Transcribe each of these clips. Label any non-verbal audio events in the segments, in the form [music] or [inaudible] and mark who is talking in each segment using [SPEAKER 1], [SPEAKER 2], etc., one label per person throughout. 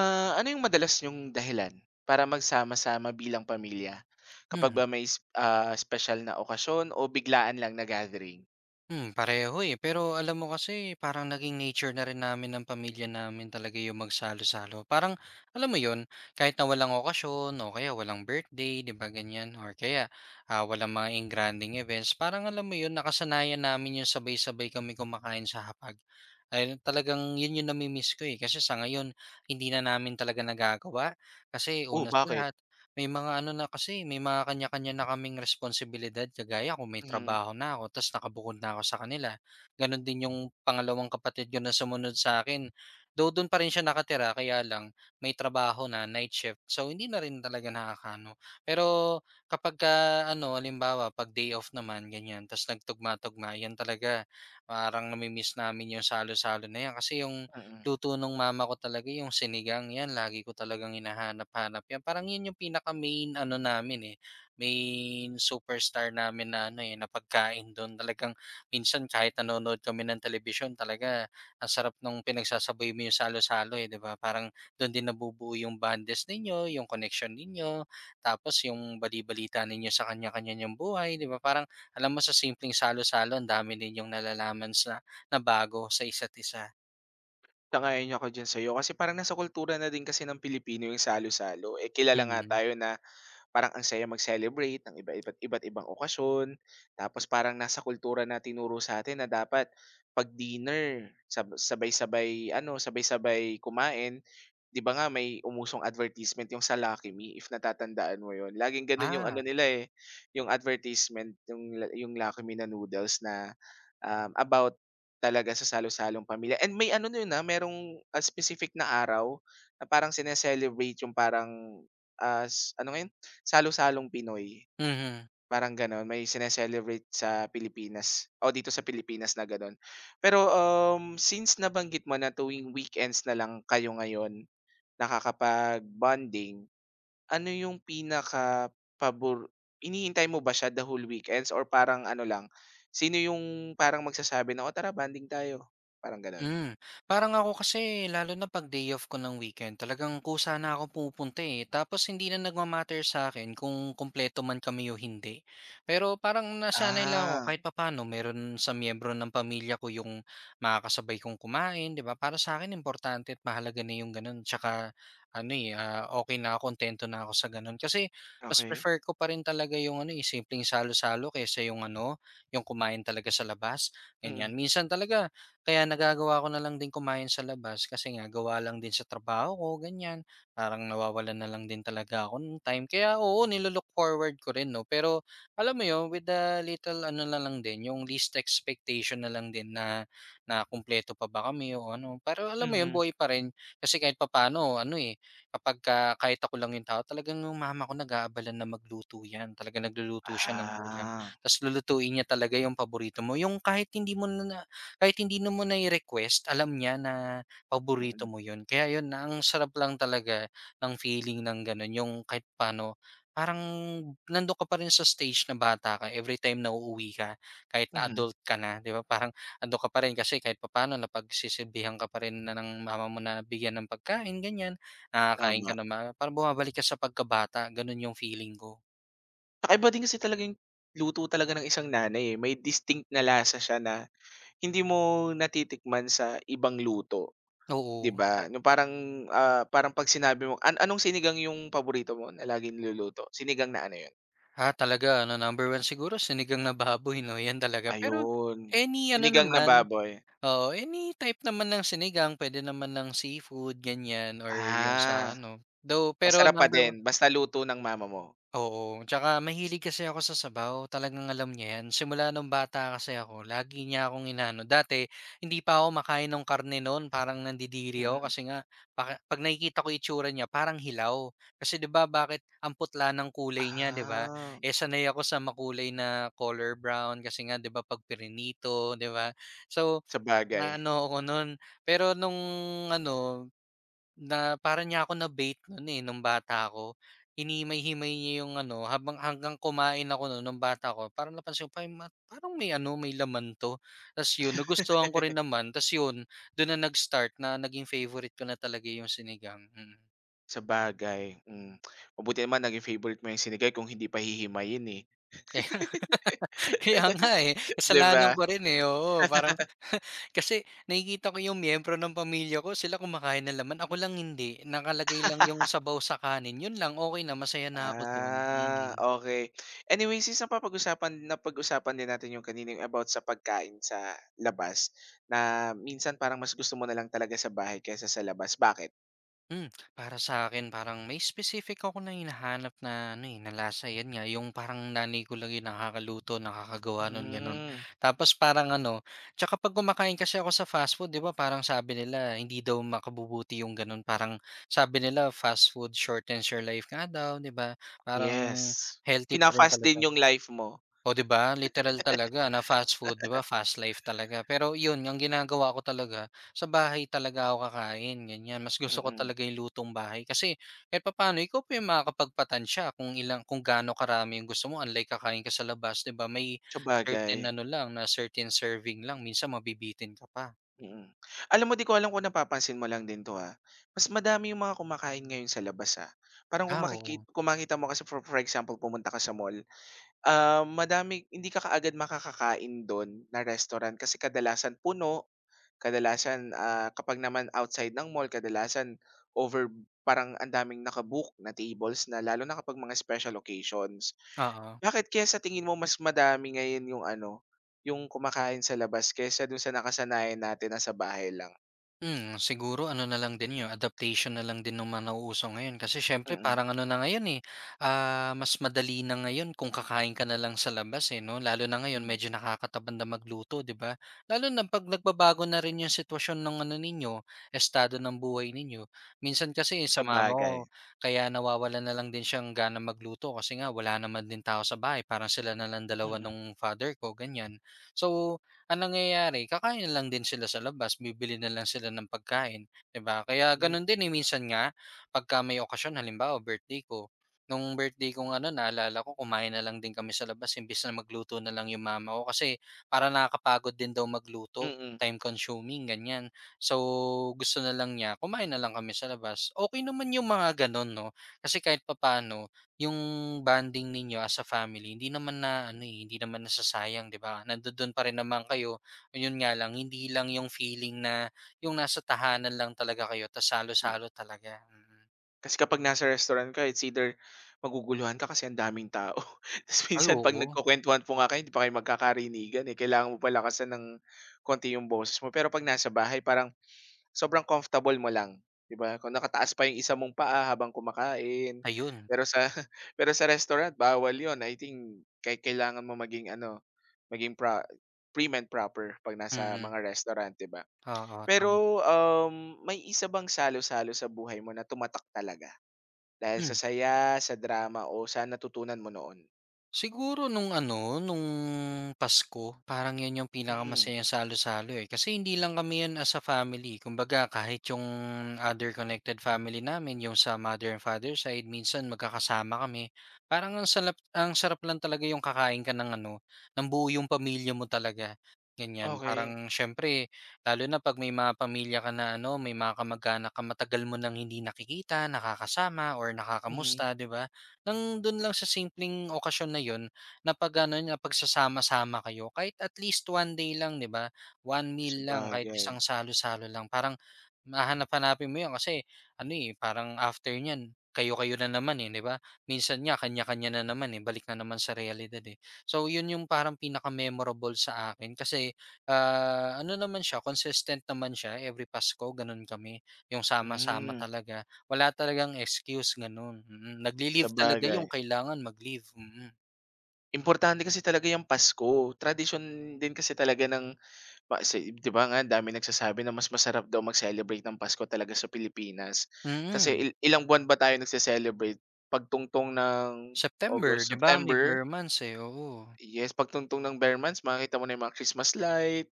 [SPEAKER 1] Ah, ano yung madalas yung dahilan para magsama-sama bilang pamilya? Kapag
[SPEAKER 2] Hmm,
[SPEAKER 1] ba may espesyal na okasyon o biglaan lang na gathering?
[SPEAKER 2] hmm. Pareho, eh. Pero alam mo kasi parang naging nature na rin namin ng pamilya namin talaga yung magsalo-salo. Parang alam mo yun, kahit na walang okasyon o kaya walang birthday, 'di ba ganyan, or kaya, walang mga engrandeng events, parang alam mo yun, nakasanayan namin yung sabay-sabay kami kumakain sa hapag. Ay, talagang yun yung nami-miss ko, eh. Kasi sa ngayon hindi na namin talaga nagagawa kasi
[SPEAKER 1] Oh,
[SPEAKER 2] una sa
[SPEAKER 1] bakit?
[SPEAKER 2] lahat may mga ano na kasi, may mga kanya-kanya na kaming responsibilidad kagaya ko may
[SPEAKER 1] Mhm,
[SPEAKER 2] trabaho na ako ta's nakabukod na ako sa kanila. Gano'n din yung pangalawang kapatid ko na sumunod sa'kin. Though doon pa rin siya nakatira kaya lang may trabaho na, night shift. So, hindi na rin talaga nakakaano. Pero kapagka ano, halimbawa 'pag day off naman ganyan ta's nagtugma-tugma, 'yan talaga parang nami-miss namin yung salo-salo na 'yan kasi yung
[SPEAKER 1] mm.
[SPEAKER 2] luto nung mama ko talaga yung sinigang, 'yan lagi ko talagang hinahanap-hanap 'yan. Parang 'yun yung pinaka-main ano namin, eh, main superstar namin na ano, eh, na pagkain do'n. Talagang minsan kahit nanonood kami ng telebisyon talaga ang sarap nung pinagsasabay mo yung salo-salo, eh, 'di ba? Parang do'n din nabubuo yung bondness ninyo, yung connection ninyo, tapos yung balibalita balita ninyo sa kanya-kanya niyong buhay, 'di ba? Parang alam mo sa simpleng salo-salo ang dami ninyong nalalaman sa na bago sa isa't isa.
[SPEAKER 1] Sang-ayon ako diyan sa'yo kasi parang nasa kultura na din kasi ng Pilipino yung salo-salo, eh, kilala nga
[SPEAKER 2] Mm.
[SPEAKER 1] tayo na parang ang saya mag-celebrate ng iba-iba't iba't iba't ibang okasyon. Tapos parang nasa kultura na tinuro sa atin na dapat 'pag dinner, sabay-sabay kumain. 'Di ba nga may umusong advertisement yung sa Lucky Me, if natatandaan mo yon, laging ganun yung ano
[SPEAKER 2] Ah.
[SPEAKER 1] nila, eh, yung advertisement, yung Lucky Me na noodles na, about talaga sa salo-salong pamilya. And may ano nun, na merong, specific na araw na parang sine yung parang, as ano nga salo-salong Pinoy,
[SPEAKER 2] Mhm.
[SPEAKER 1] parang gano'n. May sine sa Pilipinas o dito sa Pilipinas na gano'n. Pero, since nabanggit mo na tuwing weekends na lang kayo ngayon nakakapag-bonding, ano yung pinaka pabor hinihintay mo ba siya the whole weekends or parang ano lang, sino yung parang magsasabi na, "O tara bonding tayo," parang gano'n?
[SPEAKER 2] Hmm, Parang ako kasi lalo na 'pag day off ko ng weekend talagang kusa na ako pumupunta, eh. Tapos hindi na nagma sa akin kung kumpleto man kami o hindi. Pero parang nasanay lang ako
[SPEAKER 1] Ah,
[SPEAKER 2] kahit papaano meron sa miyembro ng pamilya ko yung makakasabay kong kumain, 'di ba? Para sa akin importante at mahalaga na yung gano'n tsaka ano, eh, okey na ako, kontento na ako sa gano'n. Kasi mas
[SPEAKER 1] okay.
[SPEAKER 2] prefer ko pa rin talaga yung ano, eh, simpleng salo-salo kaysa yung ano, yung kumain talaga sa labas,
[SPEAKER 1] Mm,
[SPEAKER 2] ganyan. Minsan talaga kaya nagagawa ko na lang din kumain sa labas kasi nga gawa lang din sa trabaho ko, ganyan. Parang nawawalan na lang din talaga ako ng time. Kaya oo, nilolook forward ko rin, no? Pero alam mo yun, with the little ano na lang din, yung least expectation na lang din na, na kumpleto pa ba kami o ano. Pero alam mo yun,
[SPEAKER 1] mhm.
[SPEAKER 2] buhay pa rin. Kasi kahit papano, ano eh, kahit ako lang yung tao, talagang yung mama ko nag-aabalan na magluto yan. Talaga nagluluto siya ng ulam.
[SPEAKER 1] Ah,
[SPEAKER 2] Tapos lulutuin niya talaga yung paborito mo. Yung kahit hindi mo na kahit hindi na mo nai-request, alam niya na paborito
[SPEAKER 1] mm,
[SPEAKER 2] mo yun. Kaya yun, ang sarap lang talaga ng feeling ng gano'n, yung kahit paano parang nandun ka pa rin sa stage na bata ka every time na uuwi ka, kahit na
[SPEAKER 1] mhm,
[SPEAKER 2] adult ka na, 'di ba? Parang andun ka pa rin kasi kahit papaano napagsisilbihan ka pa rin na ng mama mo na bigyan ng pagkain, ganyan. Nakakain ka
[SPEAKER 1] tama.
[SPEAKER 2] na ma parang bumabalik ka sa pagkabata, gano'n yung feeling ko.
[SPEAKER 1] Kakaiba din kasi talaga yung luto talaga ng isang nanay, eh. May distinct na lasa siya na hindi mo natitikman sa ibang luto, 'di
[SPEAKER 2] Oo.
[SPEAKER 1] ba? No parang, 'pag sinabi mong anong sinigang yung paborito mo na laging niluluto? Sinigang na ano yun?
[SPEAKER 2] Ah, talaga ano, #1 siguro sinigang na baboy 'no, 'yan talaga. Pero
[SPEAKER 1] Ayun,
[SPEAKER 2] any ano
[SPEAKER 1] sinigang na
[SPEAKER 2] naman,
[SPEAKER 1] baboy.
[SPEAKER 2] oo, any type naman ng sinigang, pwede naman ng seafood, ganyan or yung sa
[SPEAKER 1] Ah,
[SPEAKER 2] ano, though pero
[SPEAKER 1] masarap pa
[SPEAKER 2] #1
[SPEAKER 1] din basta luto ng mama mo?
[SPEAKER 2] oo, tsaka mahilig kasi ako sa sabaw, talagang alam niya 'yan. Simula nung bata kasi ako, lagi niya akong inano. Dati hindi pa ako makain ng karne noon, parang nandidiri ako
[SPEAKER 1] Mm.
[SPEAKER 2] kasi nga baka 'pag nakikita ko itsura niya parang hilaw. Kasi 'di ba bakit ang putla ng kulay niya, 'di ba?
[SPEAKER 1] Ah,
[SPEAKER 2] Eh, sanay ako sa makulay na color brown kasi nga 'di ba 'pag prinito, 'di ba? So,
[SPEAKER 1] sabagay.
[SPEAKER 2] ano ako no'n. Pero nung ano na parang niya ako na-bait nun, eh, nung bata ako. Hinimay-himay niya yung ano, habang hanggang kumain ako nun nung bata ko parang napansin ko, "Ay ma parang may ano, may laman 'to." Ta's yun, nagustuhan ko rin
[SPEAKER 1] [laughs]
[SPEAKER 2] naman, ta's yun, dun na nag-start na naging favorite ko na talaga yung sinigang, mm.
[SPEAKER 1] Sabagay, hmm. Mabuti naman naging favorite mo yung sinigay kung hindi pa hihimayin, eh,
[SPEAKER 2] Kaya [laughs] kaya nga, eh,
[SPEAKER 1] [laughs] 'di
[SPEAKER 2] kasalanan
[SPEAKER 1] ba?
[SPEAKER 2] ko rin, eh, oo. Parang kasi nakikita ko yung miyembro ng pamilya ko, sila kumakain ng laman, ako lang hindi. Nakalagay lang yung sabaw sa kanin, yun lang, okay na, masaya na ako dun,
[SPEAKER 1] Ah,
[SPEAKER 2] mm.
[SPEAKER 1] okay. Anyway, since napag-usapan din natin yung kanina yung about sa pagkain sa labas, na minsan parang mas gusto mo na lang talaga sa bahay kaysa sa labas, bakit?
[SPEAKER 2] Para sa akin parang may specific ako na hinahanap na ano, eh, na lasa, 'yan nga yung parang nanay ko lang yung nakakaluto, nakakagawa nun, gano'n.
[SPEAKER 1] Hmm,
[SPEAKER 2] Tapos parang ano 'tsaka 'pag kumakain kasi ako sa fast food, 'di ba, parang sabi nila hindi daw makabubuti yung gano'n, parang sabi nila fast food shortens your life nga daw, 'di ba? Parang
[SPEAKER 1] yes.
[SPEAKER 2] healthy pa rin
[SPEAKER 1] Fina-fast din
[SPEAKER 2] talaga.
[SPEAKER 1] yung life mo.
[SPEAKER 2] Oh, 'di ba literal talaga na fast food, 'di ba, fast life talaga. Pero 'yun ang ginagawa ko talaga, sa bahay talaga ako kakain, ganiyan. Mas
[SPEAKER 1] Mm,
[SPEAKER 2] gusto ko
[SPEAKER 1] mm,
[SPEAKER 2] talaga yung lutong bahay kasi kahit papaano ikaw pa yung makakapagpatansya kung ilang kung gaano karami yung gusto mo unlike kakain ka sa labas, 'di ba, may certain
[SPEAKER 1] sabagay,
[SPEAKER 2] ano lang na certain serving lang minsan mabibitin ka pa.
[SPEAKER 1] mm. Mm. Alam mo, 'di ko alam kung napapansin mo lang din 'to, mas madami yung mga kumakain ngayon sa labas, ah. Parang
[SPEAKER 2] Ah, oo.
[SPEAKER 1] kung makita mo kasi for example pumunta ka sa mall, ah, madami hindi ka kaagad makakakain dun na restaurant kasi kadalasan puno, kadalasan, kapag naman outside ng mall kadalasan over parang ang daming na tables na lalo na kapag mga special occasions.
[SPEAKER 2] Oo.
[SPEAKER 1] Bakit kaya sa tingin mo mas madami ngayon yung ano, yung kumakain sa labas kaysa dun sa nakasanayan natin na sa bahay lang?
[SPEAKER 2] Siguro ano na lang din 'yon, adaptation na lang din ng mga nauuso ngayon kasi siyempre
[SPEAKER 1] Mm,
[SPEAKER 2] parang ano na ngayon, eh, mas madali na ngayon kung kakain ka na lang sa labas, eh, 'no? Lalo na ngayon
[SPEAKER 1] hmm.
[SPEAKER 2] medyo nakakatamad na magluto, 'di ba? Lalo na 'pag nagbabago na rin yung sitwasyon ng ano ninyo, estado ng buhay ninyo. Minsan kasi sa mama
[SPEAKER 1] Sabagay.
[SPEAKER 2] ko kaya nawawala na lang din siyang ganang magluto kasi nga wala naman din tao sa bahay, parang sila na lang dalawa
[SPEAKER 1] Mm,
[SPEAKER 2] nung father ko, ganyan. So ang nangyayari kakain lang din sila sa labas, bibili na lang sila ng pagkain, 'di ba? Kaya gano'n din, eh, minsan nga pagka may okasyon halimbawa birthday ko, nung birthday kong ano naalala ko kumain na lang din kami sa labas imbes na magluto na lang yung mama ko kasi para nakakapagod din daw magluto,
[SPEAKER 1] hmm,
[SPEAKER 2] time consuming ganyan. So, gusto na lang niya kumain na lang kami sa labas. Okey naman yung mga gano'n 'no, kasi kahit papaano yung bonding ninyo as a family hindi naman na ano, eh, hindi naman nasasayang 'di ba? Nandodo'n pa rin naman kayo, yun nga lang hindi lang yung feeling na yung nasa tahanan lang talaga kayo tas salo
[SPEAKER 1] mm.
[SPEAKER 2] halo talaga, mm.
[SPEAKER 1] Kasi kapag nasa restaurant ka, it's either maguguluhan ka kasi ang daming tao. [laughs] Ta's
[SPEAKER 2] Ay
[SPEAKER 1] minsan 'pag
[SPEAKER 2] oo,
[SPEAKER 1] nagkukuwentuhan po nga kayo, hindi pa kayo magkakarinigan, eh, kailangan mo pa lakasan ng konti yung boses mo. Pero 'pag nasa bahay parang sobrang comfortable mo lang, 'di ba? Kung nakataas pa yung isa mong paa habang kumakain.
[SPEAKER 2] ayun.
[SPEAKER 1] Pero sa [laughs] pero sa restaurant bawal yon. I think kailangan mo maging ano, maging prim and proper 'pag nasa
[SPEAKER 2] Mm,
[SPEAKER 1] mga restaurant, 'di ba?
[SPEAKER 2] oo,
[SPEAKER 1] Pero,
[SPEAKER 2] tama.
[SPEAKER 1] may isa bang salo-salo sa buhay mo na tumatak talaga? Dahil sa
[SPEAKER 2] Hmm.
[SPEAKER 1] saya, sa drama o sa natutunan mo noon?
[SPEAKER 2] Siguro nung ano, nung Pasko, parang 'yun yung
[SPEAKER 1] Hmm,
[SPEAKER 2] pinakamasayang salo-salo, eh. Kasi hindi lang kami 'yun as a family, kumbaga kahit yung other connected family namin, yung sa mother and father side, minsan magkakasama kami. Parang ang salap ang sarap lang talaga yung kakain ka ng ano, ng buo yung pamilya mo talaga, ganiyan.
[SPEAKER 1] okey.
[SPEAKER 2] Parang siyempre lalo na 'pag may mga pamilya ka na ano, may mga kamag-anak ka matagal mo nang hindi nakikita, nakakasama or
[SPEAKER 1] Mhm.
[SPEAKER 2] nakakamusta, 'di ba? Nang dun lang sa simpleng okasyon na yun, napag-ano napagsasama-sama kayo kahit at least one day lang 'di ba? One meal lang, kahit
[SPEAKER 1] Sabagay,
[SPEAKER 2] isang salo-salo lang parang hahanap-hanapin mo yun kasi ano, eh, parang after niyan kayo-kayo na naman, eh, 'di ba? Minsan nga kanya-kanya na naman, eh, balik na naman sa realidad, eh. So yun yung parang pinaka-memorable sa akin kasi, ano naman siya consistent naman siya every Pasko ganun kami, yung sama-sama
[SPEAKER 1] hmm,
[SPEAKER 2] talaga. Wala talagang excuse gano'n, mm. Nagli-leave talaga
[SPEAKER 1] sabagay.
[SPEAKER 2] yung kailangan mag-leave, mm.
[SPEAKER 1] Importante kasi talaga yung Pasko, tradisyon din kasi talaga ng pa si 'di ba nga ang daming nagsasabi na mas masarap daw mag-celebrate ng Pasko talaga sa Pilipinas.
[SPEAKER 2] Mm,
[SPEAKER 1] Kasi ilang buwan ba tayo nagse-celebrate? Pagtungtong ng
[SPEAKER 2] September
[SPEAKER 1] August,
[SPEAKER 2] 'di ba may
[SPEAKER 1] September?
[SPEAKER 2] bare months, eh, oo.
[SPEAKER 1] Yes, pagtungtong ng Bear months makikita mo na yung mga Christmas light,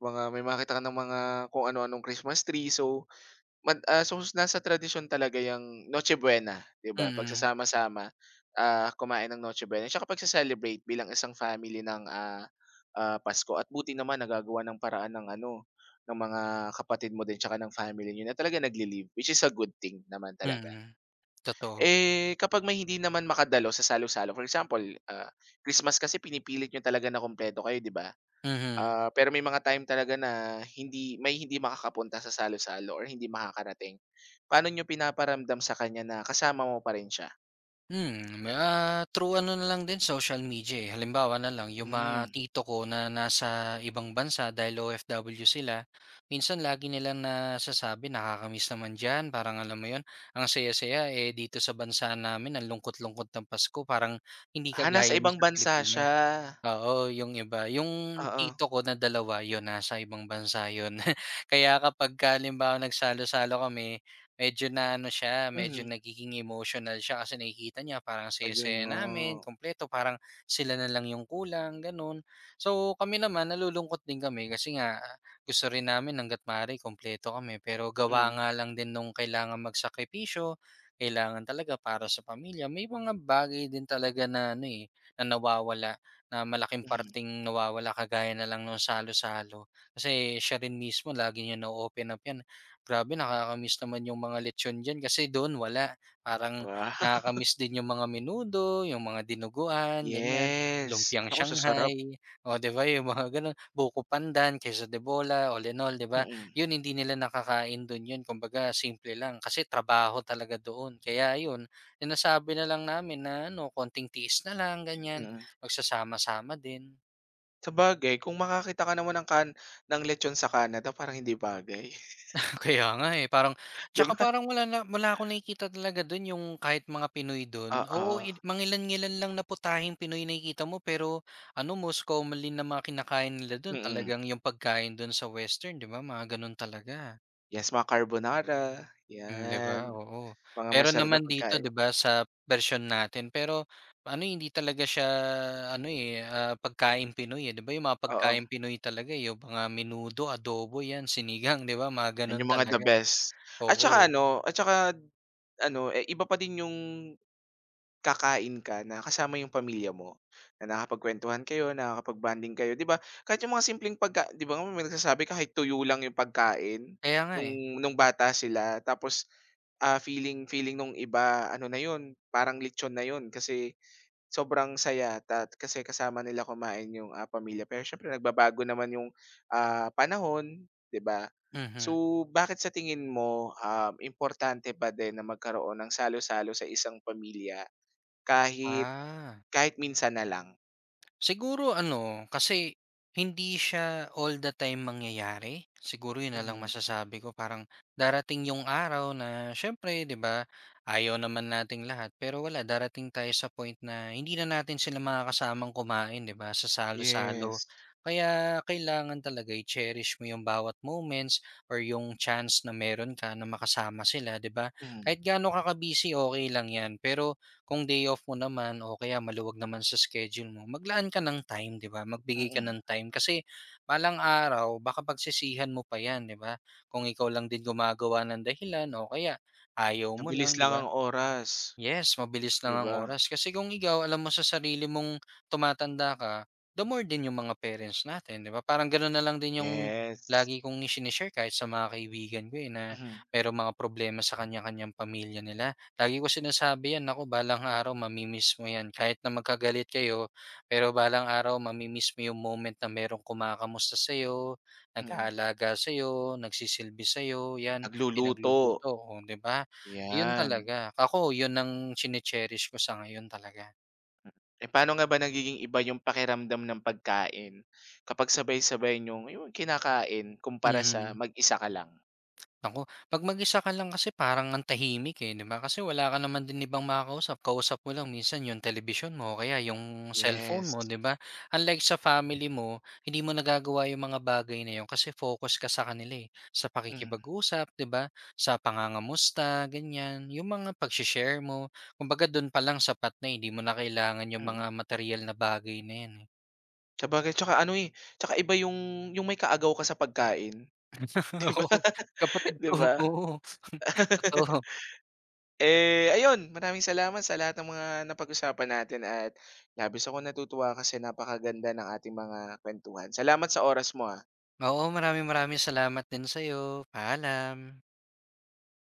[SPEAKER 1] mga may makita ka ng mga kung ano-anong Christmas tree. So nasa tradisyon talaga yang Noche Buena, 'di ba?
[SPEAKER 2] Mm,
[SPEAKER 1] Pagsasama-sama, kumain ng Noche Buena tsaka pagse-celebrate bilang isang family ng, Pasko at buti naman nagagawa ng paraan ng ano, ng mga kapatid mo din tsaka ng family niyo na talaga nagle-leave, which is a good thing naman talaga.
[SPEAKER 2] mm. Totoo,
[SPEAKER 1] Eh, kapag may hindi naman makadalo sa salo-salo, for example, ah, Christmas kasi pinipilit niyo talaga na kumpleto kayo, 'di ba?
[SPEAKER 2] mhm.
[SPEAKER 1] Ah, pero may mga time talaga na hindi makakapunta sa salo-salo or hindi makakarating. Paano niyo pinaparamdam sa kanya na kasama mo pa rin siya?
[SPEAKER 2] Through ano na lang din social media, eh. Halimbawa na lang yung mga
[SPEAKER 1] Hmm.
[SPEAKER 2] tito ko na nasa ibang bansa dahil OFW sila, minsan lagi nilang nasasabi, "Nakakamiss naman diyan." Parang alam mo 'yun, ang saya-saya, eh, dito sa bansa namin ang lungkot-lungkot ng Pasko parang hindi
[SPEAKER 1] Ah,
[SPEAKER 2] kagaya
[SPEAKER 1] nasa
[SPEAKER 2] ng
[SPEAKER 1] ibang
[SPEAKER 2] sa
[SPEAKER 1] bansa
[SPEAKER 2] Pilipinas.
[SPEAKER 1] siya.
[SPEAKER 2] Oo, yung iba. Yung
[SPEAKER 1] Oo,
[SPEAKER 2] tito ko na dalawa 'yun, nasa ibang bansa 'yun. [laughs] Kaya kapagka halimbawa nagsalo-salo kami medyo na ano siya, medyo
[SPEAKER 1] mhm.
[SPEAKER 2] nagiging emotional siya kasi nakikita niya parang ang
[SPEAKER 1] Ayun
[SPEAKER 2] saya-saya
[SPEAKER 1] nga.
[SPEAKER 2] namin, kumpleto, parang sila na lang yung kulang, gano'n. So, kami naman nalulungkot din kami kasi nga gusto rin namin hangga't maaari kumpleto kami, pero gawa
[SPEAKER 1] Mm,
[SPEAKER 2] nga lang din nung kailangan magsakripisyo, kailangan talaga para sa pamilya. May mga bagay din talaga na ano, eh, na nawawala, na malaking
[SPEAKER 1] mhm.
[SPEAKER 2] parting nawawala kagaya na lang nung salo-salo. Kasi siya rin mismo lagi niya na open up 'yan. Grabe nakakamiss naman yung mga lechon diyan kasi doon wala. Parang
[SPEAKER 1] Wow. [laughs]
[SPEAKER 2] nakakamiss din yung mga menudo, yung mga dinuguan, ganyan,
[SPEAKER 1] Yes. Ano
[SPEAKER 2] lumpiang
[SPEAKER 1] naku sasarap.
[SPEAKER 2] Shanghai, oh, 'di ba yung mga gano'n, buko pandan, queso de bola, all in all, 'di ba?
[SPEAKER 1] Mm,
[SPEAKER 2] Yun hindi nila nakakain dun yun kumbaga simple lang kasi trabaho talaga doon. Kaya yun sinasabi na lang namin na ano, konting tiis na lang ganyan,
[SPEAKER 1] mm.
[SPEAKER 2] magsasama-sama din.
[SPEAKER 1] Sabagay kung makakita ka naman ng ng lechon sa Canada parang hindi bagay, [laughs]
[SPEAKER 2] Kaya nga, eh, parang
[SPEAKER 1] 'di
[SPEAKER 2] tsaka
[SPEAKER 1] ba?
[SPEAKER 2] parang wala na wala akong nakikita talaga dun yung kahit mga Pinoy dun. Oo,
[SPEAKER 1] Oo,
[SPEAKER 2] i mangilan-ngilan lang na putahing Pinoy nakikita mo pero ano, most commonly na mga kinakain nila dun
[SPEAKER 1] mm.
[SPEAKER 2] talagang yung pagkain dun sa western, 'di ba? Mga ganun talaga.
[SPEAKER 1] Yes, mga carbonara,
[SPEAKER 2] Hmm, 'di ba?
[SPEAKER 1] 'yan.
[SPEAKER 2] Oo.
[SPEAKER 1] Mga
[SPEAKER 2] Pero
[SPEAKER 1] masarap na
[SPEAKER 2] naman dito,
[SPEAKER 1] pagkain,
[SPEAKER 2] 'di ba, sa version natin pero ano, eh, hindi talaga siya ano, eh, pagkain Pinoy, eh. 'Di ba yung mga
[SPEAKER 1] oo.
[SPEAKER 2] pagkain Pinoy talaga eh, yung mga menudo, adobo, 'yan, sinigang, 'di ba? Mga
[SPEAKER 1] 'Yan
[SPEAKER 2] ganun
[SPEAKER 1] yung mga the
[SPEAKER 2] talaga,
[SPEAKER 1] best.
[SPEAKER 2] oo.
[SPEAKER 1] At saka ano, eh, iba pa din yung kakain ka na kasama yung pamilya mo, na nakakapagkuwentuhan kayo, nakakapag-bonding kayo, 'di ba? Kahit yung mga simpleng 'di ba nga may nagsasabi kahit tuyo lang yung pagkain
[SPEAKER 2] Kaya nga, eh.
[SPEAKER 1] nung nung bata sila tapos, feeling feeling nung iba ano na yun, parang lechon na yun kasi sobrang saya kasi kasama nila kumain yung, pamilya pero siyempre nagbabago naman yung, panahon, 'di ba?
[SPEAKER 2] Mhm.
[SPEAKER 1] So, bakit sa tingin mo, importante pa din na magkaroon ng salo-salo sa isang pamilya kahit
[SPEAKER 2] Ah,
[SPEAKER 1] kahit minsan na lang?
[SPEAKER 2] Siguro ano, kasi hindi siya all the time mangyayari. Siguro 'yun na lang
[SPEAKER 1] Mhm.
[SPEAKER 2] masasabi ko, parang darating yung araw na siyempre 'di ba, ayaw naman nating lahat, pero wala darating tayo sa point na hindi na natin sila makakasamang kumain 'di ba, sa salo-salo.
[SPEAKER 1] Yes.
[SPEAKER 2] Kaya kailangan talaga i-cherish mo yung bawat moments or yung chance na meron ka na makasama sila 'di ba.
[SPEAKER 1] Mhm,
[SPEAKER 2] Kahit gaano ka ka-busy, okay lang 'yan, pero kung day off mo naman o kaya maluwag naman sa schedule mo, maglaan ka ng time, 'di ba? Magbigay ka
[SPEAKER 1] mm.
[SPEAKER 2] ng time kasi balang araw baka pagsisihan mo pa 'yan, 'di ba? Kung ikaw lang din gumagawa ng dahilan o kaya ayaw
[SPEAKER 1] Ang
[SPEAKER 2] mo
[SPEAKER 1] bilis
[SPEAKER 2] lang, 'di
[SPEAKER 1] lang
[SPEAKER 2] ba?
[SPEAKER 1] ang oras,
[SPEAKER 2] Yes, mabilis lang
[SPEAKER 1] 'di
[SPEAKER 2] ang
[SPEAKER 1] ba?
[SPEAKER 2] oras kasi kung ikaw alam mo sa sarili mong tumatanda ka, the more din yung mga parents natin, 'di ba? Parang gano'n na lang din yung
[SPEAKER 1] Yes.
[SPEAKER 2] lagi kong shini-share kahit sa mga kaibigan ko, eh, na
[SPEAKER 1] Mhm,
[SPEAKER 2] merong mga problema sa kanya-kanyang pamilya nila. Lagi ko sinasabi yan, "Naku, balang araw mamimiss mo yan kahit na magkagalit kayo, pero balang araw mamimiss mo yung moment na merong kumakamusta sa'yo,
[SPEAKER 1] mm.
[SPEAKER 2] nag-aalaga sa'yo, nagsisilbi sa'yo, yan,
[SPEAKER 1] Nagluluto,
[SPEAKER 2] pinagluluto." Oh, 'di ba? Yun
[SPEAKER 1] 'yan.
[SPEAKER 2] talaga. Ako yun ang chine-cherish ko sa ngayon talaga.
[SPEAKER 1] Eh, paano nga ba nagiging iba yung pakiramdam ng pagkain kapag sabay-sabay niyong yung kinakain kumpara sa
[SPEAKER 2] Mhm.
[SPEAKER 1] mag-isa ka lang?
[SPEAKER 2] Naku, 'pag mag-isa ka lang kasi parang ang tahimik, eh, 'di ba? Kasi wala ka naman din ibang makakausap. Kausap mo lang minsan yung television mo o kaya yung cellphone
[SPEAKER 1] Yes.
[SPEAKER 2] mo, 'di ba? Unlike sa family mo, hindi mo nagagawa yung mga bagay na yun kasi focus ka sa kanila, eh. Sa
[SPEAKER 1] Mm,
[SPEAKER 2] pakikipag-usap, 'di ba? Sa pangangamusta, ganyan. Yung mga pagse-share mo. Kumbaga dun pa lang sapat na, eh, hindi mo na kailangan yung mga
[SPEAKER 1] mm.
[SPEAKER 2] material na bagay na yan, eh.
[SPEAKER 1] Sabagay tsaka ano, eh, tsaka iba yung may kaagaw ka sa pagkain, [laughs] 'di
[SPEAKER 2] [laughs]
[SPEAKER 1] ba?
[SPEAKER 2] Oo,
[SPEAKER 1] [laughs]
[SPEAKER 2] kapatid
[SPEAKER 1] 'Di
[SPEAKER 2] ko,
[SPEAKER 1] ba?
[SPEAKER 2] oo. [laughs] Totoo.
[SPEAKER 1] [laughs] Eh, ayun maraming salamat sa lahat ng mga napag-usapan natin at labis akong natutuwa kasi napakaganda ng ating mga kuwentuhan. Salamat sa oras mo, ah.
[SPEAKER 2] Oo, maraming maraming salamat din sa'yo. Paalam.